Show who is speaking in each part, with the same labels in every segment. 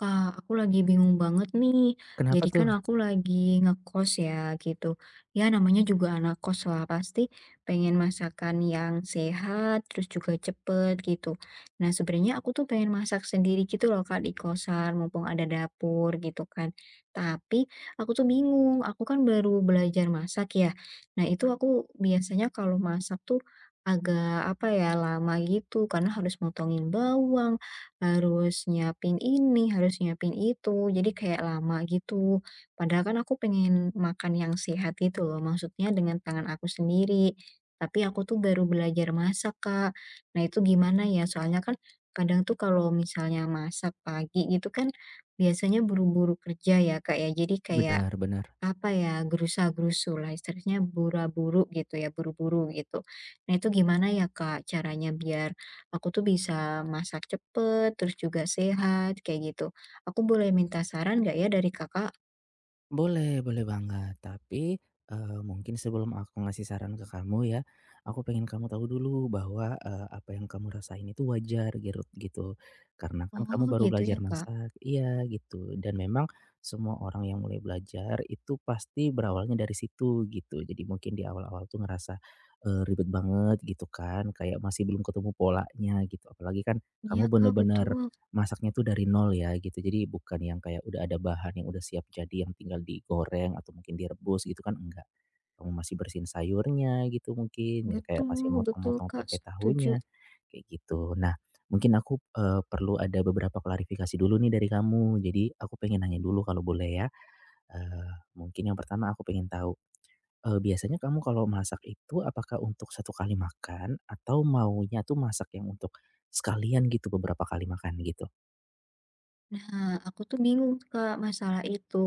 Speaker 1: Kak, aku lagi bingung banget nih.
Speaker 2: Kenapa
Speaker 1: Jadi
Speaker 2: tuh?
Speaker 1: kan aku lagi ngekos ya gitu. Ya namanya juga anak kos lah pasti pengen masakan yang sehat terus juga cepet gitu. Nah sebenarnya aku tuh pengen masak sendiri gitu loh Kak di kosan mumpung ada dapur gitu kan. Tapi aku tuh bingung. Aku kan baru belajar masak ya. Nah itu aku biasanya kalau masak tuh agak apa ya lama gitu karena harus motongin bawang harus nyiapin ini, harus nyiapin itu, jadi kayak lama gitu. Padahal kan aku pengen makan yang sehat gitu loh, maksudnya dengan tangan aku sendiri. Tapi aku tuh baru belajar masak, Kak. Nah, itu gimana ya? Soalnya kan kadang tuh kalau misalnya masak pagi gitu kan biasanya buru-buru kerja ya, Kak, ya. Jadi kayak
Speaker 2: Benar benar.
Speaker 1: apa ya, gerusa-gerusu lah, istilahnya buru-buru gitu ya, buru-buru gitu. Nah itu gimana ya Kak, caranya biar aku tuh bisa masak cepet, terus juga sehat, kayak gitu? Aku boleh minta saran nggak ya dari Kakak?
Speaker 2: Boleh boleh banget. Tapi, mungkin sebelum aku ngasih saran ke kamu ya, aku pengen kamu tahu dulu bahwa, apa yang kamu rasain itu wajar girut gitu. Karena kan
Speaker 1: Oh
Speaker 2: kamu baru
Speaker 1: gitu ya
Speaker 2: belajar
Speaker 1: Kak,
Speaker 2: masak iya gitu, dan memang semua orang yang mulai belajar itu pasti berawalnya dari situ gitu. Jadi mungkin di awal-awal tuh ngerasa, ribet banget gitu kan, kayak masih belum ketemu polanya gitu. Apalagi kan kamu
Speaker 1: iya Kak
Speaker 2: bener-bener
Speaker 1: betul,
Speaker 2: masaknya tuh dari nol ya gitu, jadi bukan yang kayak udah ada bahan yang udah siap jadi yang tinggal digoreng atau mungkin direbus gitu kan enggak. Kamu masih bersihin sayurnya gitu mungkin, ya kayak masih
Speaker 1: betul betul
Speaker 2: motong-motong
Speaker 1: Kak,
Speaker 2: tempe
Speaker 1: setuju.
Speaker 2: tahunya, kayak gitu. Nah mungkin aku, perlu ada beberapa klarifikasi dulu nih dari kamu, jadi aku pengen nanya dulu kalau boleh ya. Eee, mungkin yang pertama aku pengen tahu, biasanya kamu kalau masak itu apakah untuk satu kali makan atau maunya tuh masak yang untuk sekalian gitu beberapa kali makan gitu?
Speaker 1: Nah aku tuh bingung Kak masalah itu,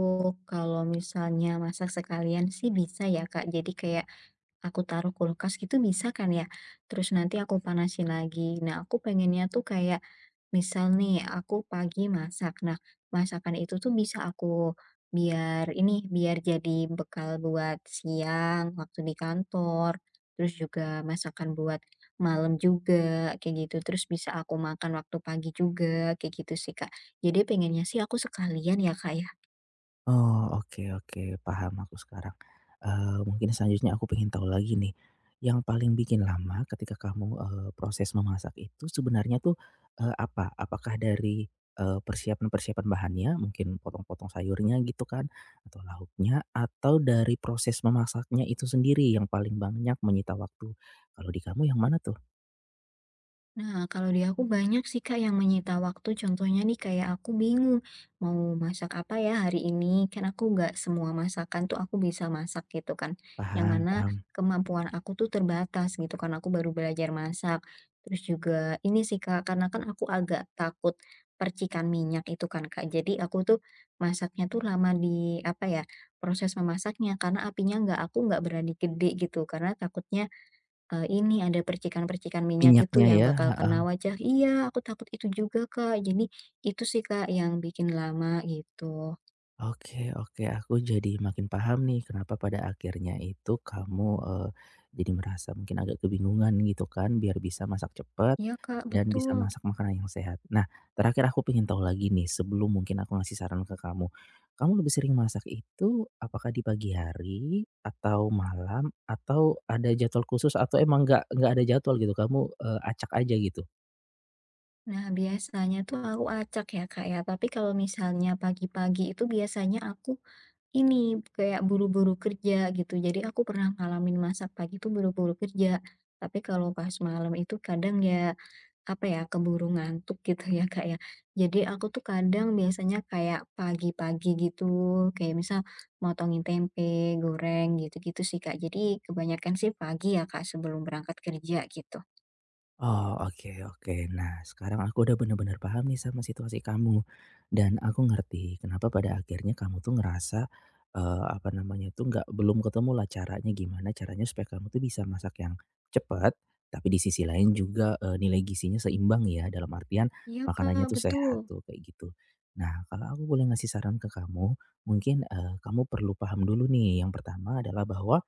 Speaker 1: kalau misalnya masak sekalian sih bisa ya Kak, jadi kayak Aku taruh kulkas gitu bisa kan ya? Terus nanti aku panasin lagi. Nah, aku pengennya tuh kayak misal nih aku pagi masak. Nah, masakan itu tuh bisa aku biar ini biar jadi bekal buat siang waktu di kantor. Terus juga masakan buat malam juga kayak gitu. Terus bisa aku makan waktu pagi juga kayak gitu sih, Kak. Jadi pengennya sih aku sekalian ya, Kak ya.
Speaker 2: Oh, oke oke, paham aku sekarang. Mungkin selanjutnya aku pengen tahu lagi nih, yang paling bikin lama ketika kamu, proses memasak itu sebenarnya tuh, apa? Apakah dari, persiapan-persiapan bahannya, mungkin potong-potong sayurnya gitu kan, atau lauknya, atau dari proses memasaknya itu sendiri yang paling banyak menyita waktu? Kalau di kamu yang mana tuh?
Speaker 1: Nah, kalau di aku banyak sih Kak yang menyita waktu. Contohnya nih kayak aku bingung mau masak apa ya hari ini. Kan aku nggak semua masakan tuh aku bisa masak gitu kan. Yang
Speaker 2: Paham
Speaker 1: mana
Speaker 2: paham,
Speaker 1: kemampuan aku tuh terbatas gitu kan. Aku baru belajar masak. Terus juga ini sih Kak, karena kan aku agak takut percikan minyak itu kan Kak. Jadi aku tuh masaknya tuh lama di apa ya proses memasaknya karena apinya nggak aku nggak berani gede gitu karena takutnya ini ada percikan-percikan minyak itu
Speaker 2: minyaknya
Speaker 1: yang
Speaker 2: ya?
Speaker 1: bakal kena wajah. Iya, aku takut itu juga, Kak. Jadi itu sih, Kak, yang bikin lama gitu.
Speaker 2: Oke oke, aku jadi makin paham nih kenapa pada akhirnya itu kamu, jadi merasa mungkin agak kebingungan gitu kan biar bisa masak cepat
Speaker 1: Iya, Kak,
Speaker 2: dan bisa
Speaker 1: betul.
Speaker 2: masak makanan yang sehat. Nah, terakhir aku pengen tahu lagi nih sebelum mungkin aku ngasih saran ke kamu. Kamu lebih sering masak itu apakah di pagi hari atau malam atau ada jadwal khusus atau emang nggak ada jadwal gitu, kamu, acak aja gitu?
Speaker 1: Nah, biasanya tuh aku acak ya, Kak, ya. Tapi kalau misalnya pagi-pagi itu biasanya aku Ini, kayak buru-buru kerja gitu. Jadi aku pernah ngalamin masak pagi tuh buru-buru kerja. Tapi kalau pas malam itu kadang ya, apa ya, keburu ngantuk gitu ya Kak ya. Jadi aku tuh kadang biasanya kayak pagi-pagi gitu, kayak misal motongin tempe, goreng gitu-gitu sih Kak. Jadi kebanyakan sih pagi ya Kak sebelum berangkat kerja gitu.
Speaker 2: Oh, oke oke. Nah, sekarang aku udah bener-bener paham nih sama situasi kamu, dan aku ngerti kenapa pada akhirnya kamu tuh ngerasa, apa namanya tuh, nggak belum ketemu lah caranya gimana caranya supaya kamu tuh bisa masak yang cepat tapi di sisi lain juga, nilai gizinya seimbang ya, dalam artian
Speaker 1: Iya Kak,
Speaker 2: makanannya tuh
Speaker 1: betul.
Speaker 2: sehat tuh, kayak gitu. Nah, kalau aku boleh ngasih saran ke kamu, mungkin, kamu perlu paham dulu nih, yang pertama adalah bahwa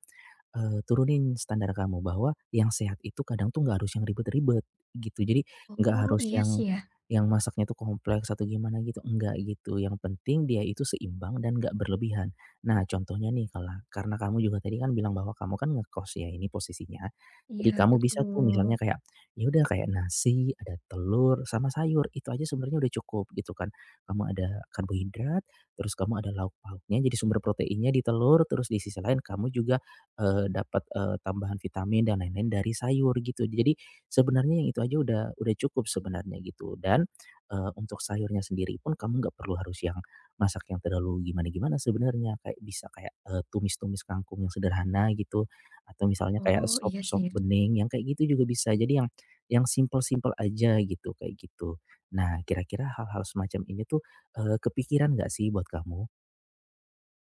Speaker 2: turunin standar kamu bahwa yang sehat itu kadang tuh nggak harus yang ribet-ribet gitu. Jadi nggak
Speaker 1: Oh
Speaker 2: harus
Speaker 1: iya
Speaker 2: yang
Speaker 1: sih ya.
Speaker 2: masaknya tuh kompleks atau gimana gitu, enggak gitu. Yang penting dia itu seimbang dan nggak berlebihan. Nah contohnya nih kalau karena kamu juga tadi kan bilang bahwa kamu kan ngekos ya ini posisinya,
Speaker 1: Iya
Speaker 2: jadi kamu bisa tuh misalnya
Speaker 1: betul.
Speaker 2: kayak, ya udah kayak nasi, ada telur, sama sayur, itu aja sebenarnya udah cukup gitu kan. Kamu ada karbohidrat, terus kamu ada lauk pauknya jadi sumber proteinnya di telur, terus di sisi lain kamu juga dapat, tambahan vitamin dan lain-lain dari sayur gitu. Jadi sebenarnya yang itu aja udah cukup sebenarnya gitu dan, untuk sayurnya sendiri pun kamu nggak perlu harus yang masak yang terlalu gimana-gimana sebenarnya, kayak bisa kayak, tumis-tumis kangkung yang sederhana gitu atau misalnya kayak
Speaker 1: Oh
Speaker 2: sop
Speaker 1: iya
Speaker 2: sop
Speaker 1: sih.
Speaker 2: bening yang kayak gitu juga bisa. Jadi yang simple-simple aja gitu, kayak gitu. Nah, kira-kira hal-hal semacam ini tuh, kepikiran nggak sih buat kamu?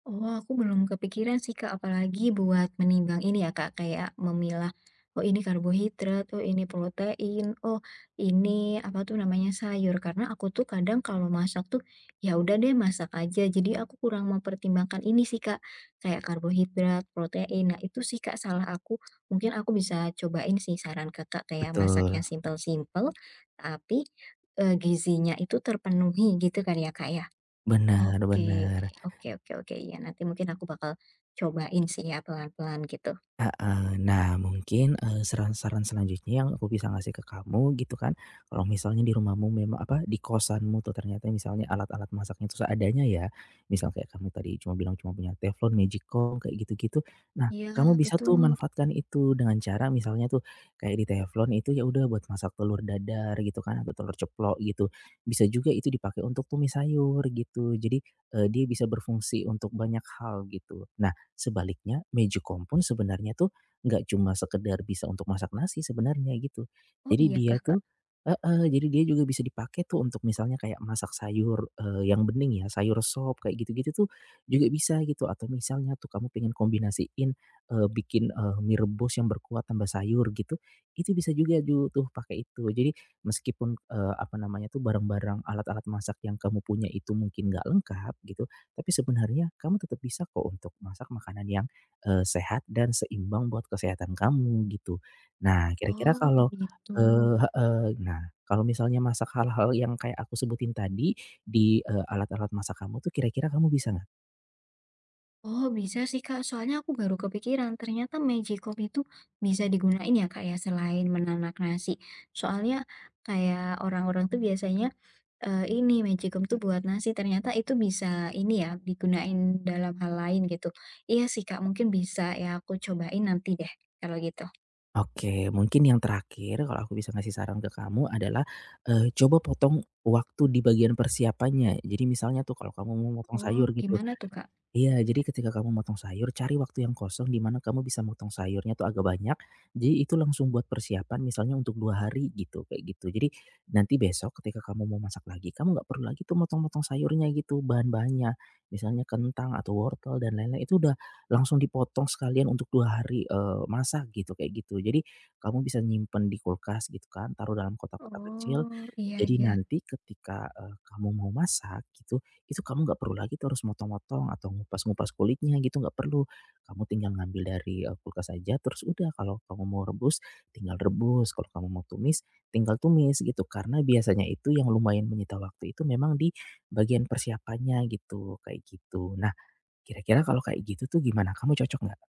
Speaker 1: Oh, aku belum kepikiran sih, Kak, apalagi buat menimbang ini ya, Kak, kayak memilah, oh ini karbohidrat, oh ini protein, oh ini apa tuh namanya sayur. Karena aku tuh kadang kalau masak tuh ya udah deh masak aja. Jadi aku kurang mempertimbangkan ini sih, Kak, kayak karbohidrat, protein. Nah, itu sih, Kak, salah aku. Mungkin aku bisa cobain sih saran Kakak kayak masak
Speaker 2: Betul.
Speaker 1: yang simple-simple tapi gizinya itu terpenuhi gitu kan ya, Kak ya. Oke,
Speaker 2: Benar-benar.
Speaker 1: oke oke oke. Iya, nanti mungkin aku bakal cobain sih ya pelan-pelan gitu.
Speaker 2: Heeh. Nah, mungkin, saran-saran selanjutnya yang aku bisa ngasih ke kamu gitu kan, kalau misalnya di rumahmu memang apa, di kosanmu tuh ternyata misalnya alat-alat masaknya tuh seadanya ya, misal kayak kamu tadi cuma bilang cuma punya teflon, magicom, kayak gitu-gitu. Nah,
Speaker 1: Iya,
Speaker 2: kamu bisa tuh
Speaker 1: betul.
Speaker 2: manfaatkan itu dengan cara misalnya tuh kayak di teflon itu ya udah buat masak telur dadar gitu kan, atau telur ceplok gitu. Bisa juga itu dipakai untuk tumis sayur gitu. Jadi, dia bisa berfungsi untuk banyak hal gitu. Nah, sebaliknya magicom pun sebenarnya tuh nggak cuma sekedar bisa untuk masak nasi sebenarnya gitu.
Speaker 1: Oh
Speaker 2: Jadi
Speaker 1: iya
Speaker 2: dia
Speaker 1: kah, Kak?
Speaker 2: tuh heeh, jadi dia juga bisa dipakai tuh untuk misalnya kayak masak sayur, yang bening ya, sayur sop kayak gitu-gitu tuh juga bisa gitu atau misalnya tuh kamu pengen kombinasiin, bikin, mie rebus yang berkuah tambah sayur gitu, itu bisa juga ju tuh pakai itu. Jadi meskipun, apa namanya tuh barang-barang alat-alat masak yang kamu punya itu mungkin nggak lengkap gitu, tapi sebenarnya kamu tetap bisa kok untuk masak makanan yang, sehat dan seimbang buat kesehatan kamu gitu. Nah kira-kira
Speaker 1: Oh,
Speaker 2: kalau
Speaker 1: begitu.
Speaker 2: heeh, nah kalau misalnya masak hal-hal yang kayak aku sebutin tadi di, alat-alat masak kamu tuh kira-kira kamu bisa nggak?
Speaker 1: Oh, bisa sih, Kak. Soalnya aku baru kepikiran, ternyata Magicom itu bisa digunain ya, Kak, ya, selain menanak nasi. Soalnya kayak orang-orang tuh biasanya ini Magicom tuh buat nasi, ternyata itu bisa ini ya digunain dalam hal lain gitu. Iya sih, Kak, mungkin bisa ya aku cobain nanti deh kalau gitu.
Speaker 2: Oke mungkin yang terakhir kalau aku bisa ngasih saran ke kamu adalah, coba potong waktu di bagian persiapannya. Jadi misalnya tuh kalau kamu mau motong
Speaker 1: Oh,
Speaker 2: sayur gitu.
Speaker 1: gimana tuh, Kak?
Speaker 2: Iya, jadi ketika kamu motong sayur, cari waktu yang kosong di mana kamu bisa motong sayurnya tuh agak banyak. Jadi itu langsung buat persiapan misalnya untuk dua hari gitu, kayak gitu. Jadi nanti besok ketika kamu mau masak lagi, kamu nggak perlu lagi tuh motong-motong sayurnya gitu, bahan-bahannya. Misalnya kentang atau wortel dan lain-lain itu udah langsung dipotong sekalian untuk dua hari eh, masak gitu, kayak gitu. Jadi kamu bisa nyimpen di kulkas gitu kan, taruh dalam kotak-kotak kecil.
Speaker 1: Oh, iya
Speaker 2: Jadi
Speaker 1: iya.
Speaker 2: nanti ketika eh, kamu mau masak gitu, itu kamu nggak perlu lagi terus motong-motong atau ngupas-ngupas kulitnya gitu, nggak perlu. Kamu tinggal ngambil dari, kulkas aja terus udah kalau kamu mau rebus, tinggal rebus, kalau kamu mau tumis, tinggal tumis gitu. Karena biasanya itu yang lumayan menyita waktu itu memang di bagian persiapannya gitu, kayak gitu. Nah, kira-kira kalau kayak gitu tuh gimana? Kamu cocok nggak?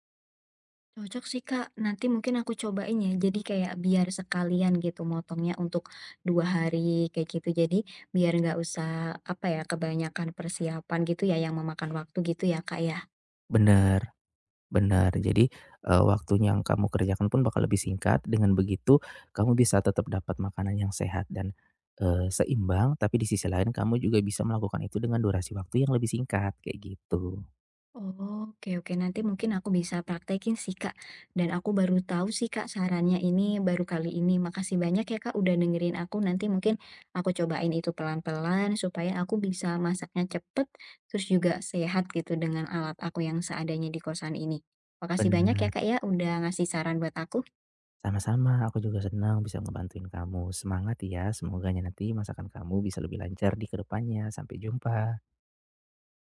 Speaker 1: Cocok sih, Kak. Nanti mungkin aku cobain ya. Jadi kayak biar sekalian gitu motongnya untuk 2 hari kayak gitu. Jadi biar nggak usah apa ya kebanyakan persiapan gitu ya yang memakan waktu gitu ya, Kak ya.
Speaker 2: Bener Benar, jadi, waktunya yang kamu kerjakan pun bakal lebih singkat, dengan begitu kamu bisa tetap dapat makanan yang sehat dan, seimbang, tapi di sisi lain kamu juga bisa melakukan itu dengan durasi waktu yang lebih singkat, kayak gitu.
Speaker 1: Oke oke, nanti mungkin aku bisa praktekin sih, Kak, dan aku baru tahu sih, Kak, sarannya ini baru kali ini. Makasih banyak ya, Kak, udah dengerin aku. Nanti mungkin aku cobain itu pelan-pelan supaya aku bisa masaknya cepet, terus juga sehat gitu dengan alat aku yang seadanya di kosan ini. Makasih banyak ya,
Speaker 2: Benar,
Speaker 1: Kak, ya, udah ngasih saran buat aku.
Speaker 2: sama-sama, aku juga senang bisa ngebantuin kamu. Semangat ya, semoganya nanti masakan kamu bisa lebih lancar di kedepannya. Sampai jumpa.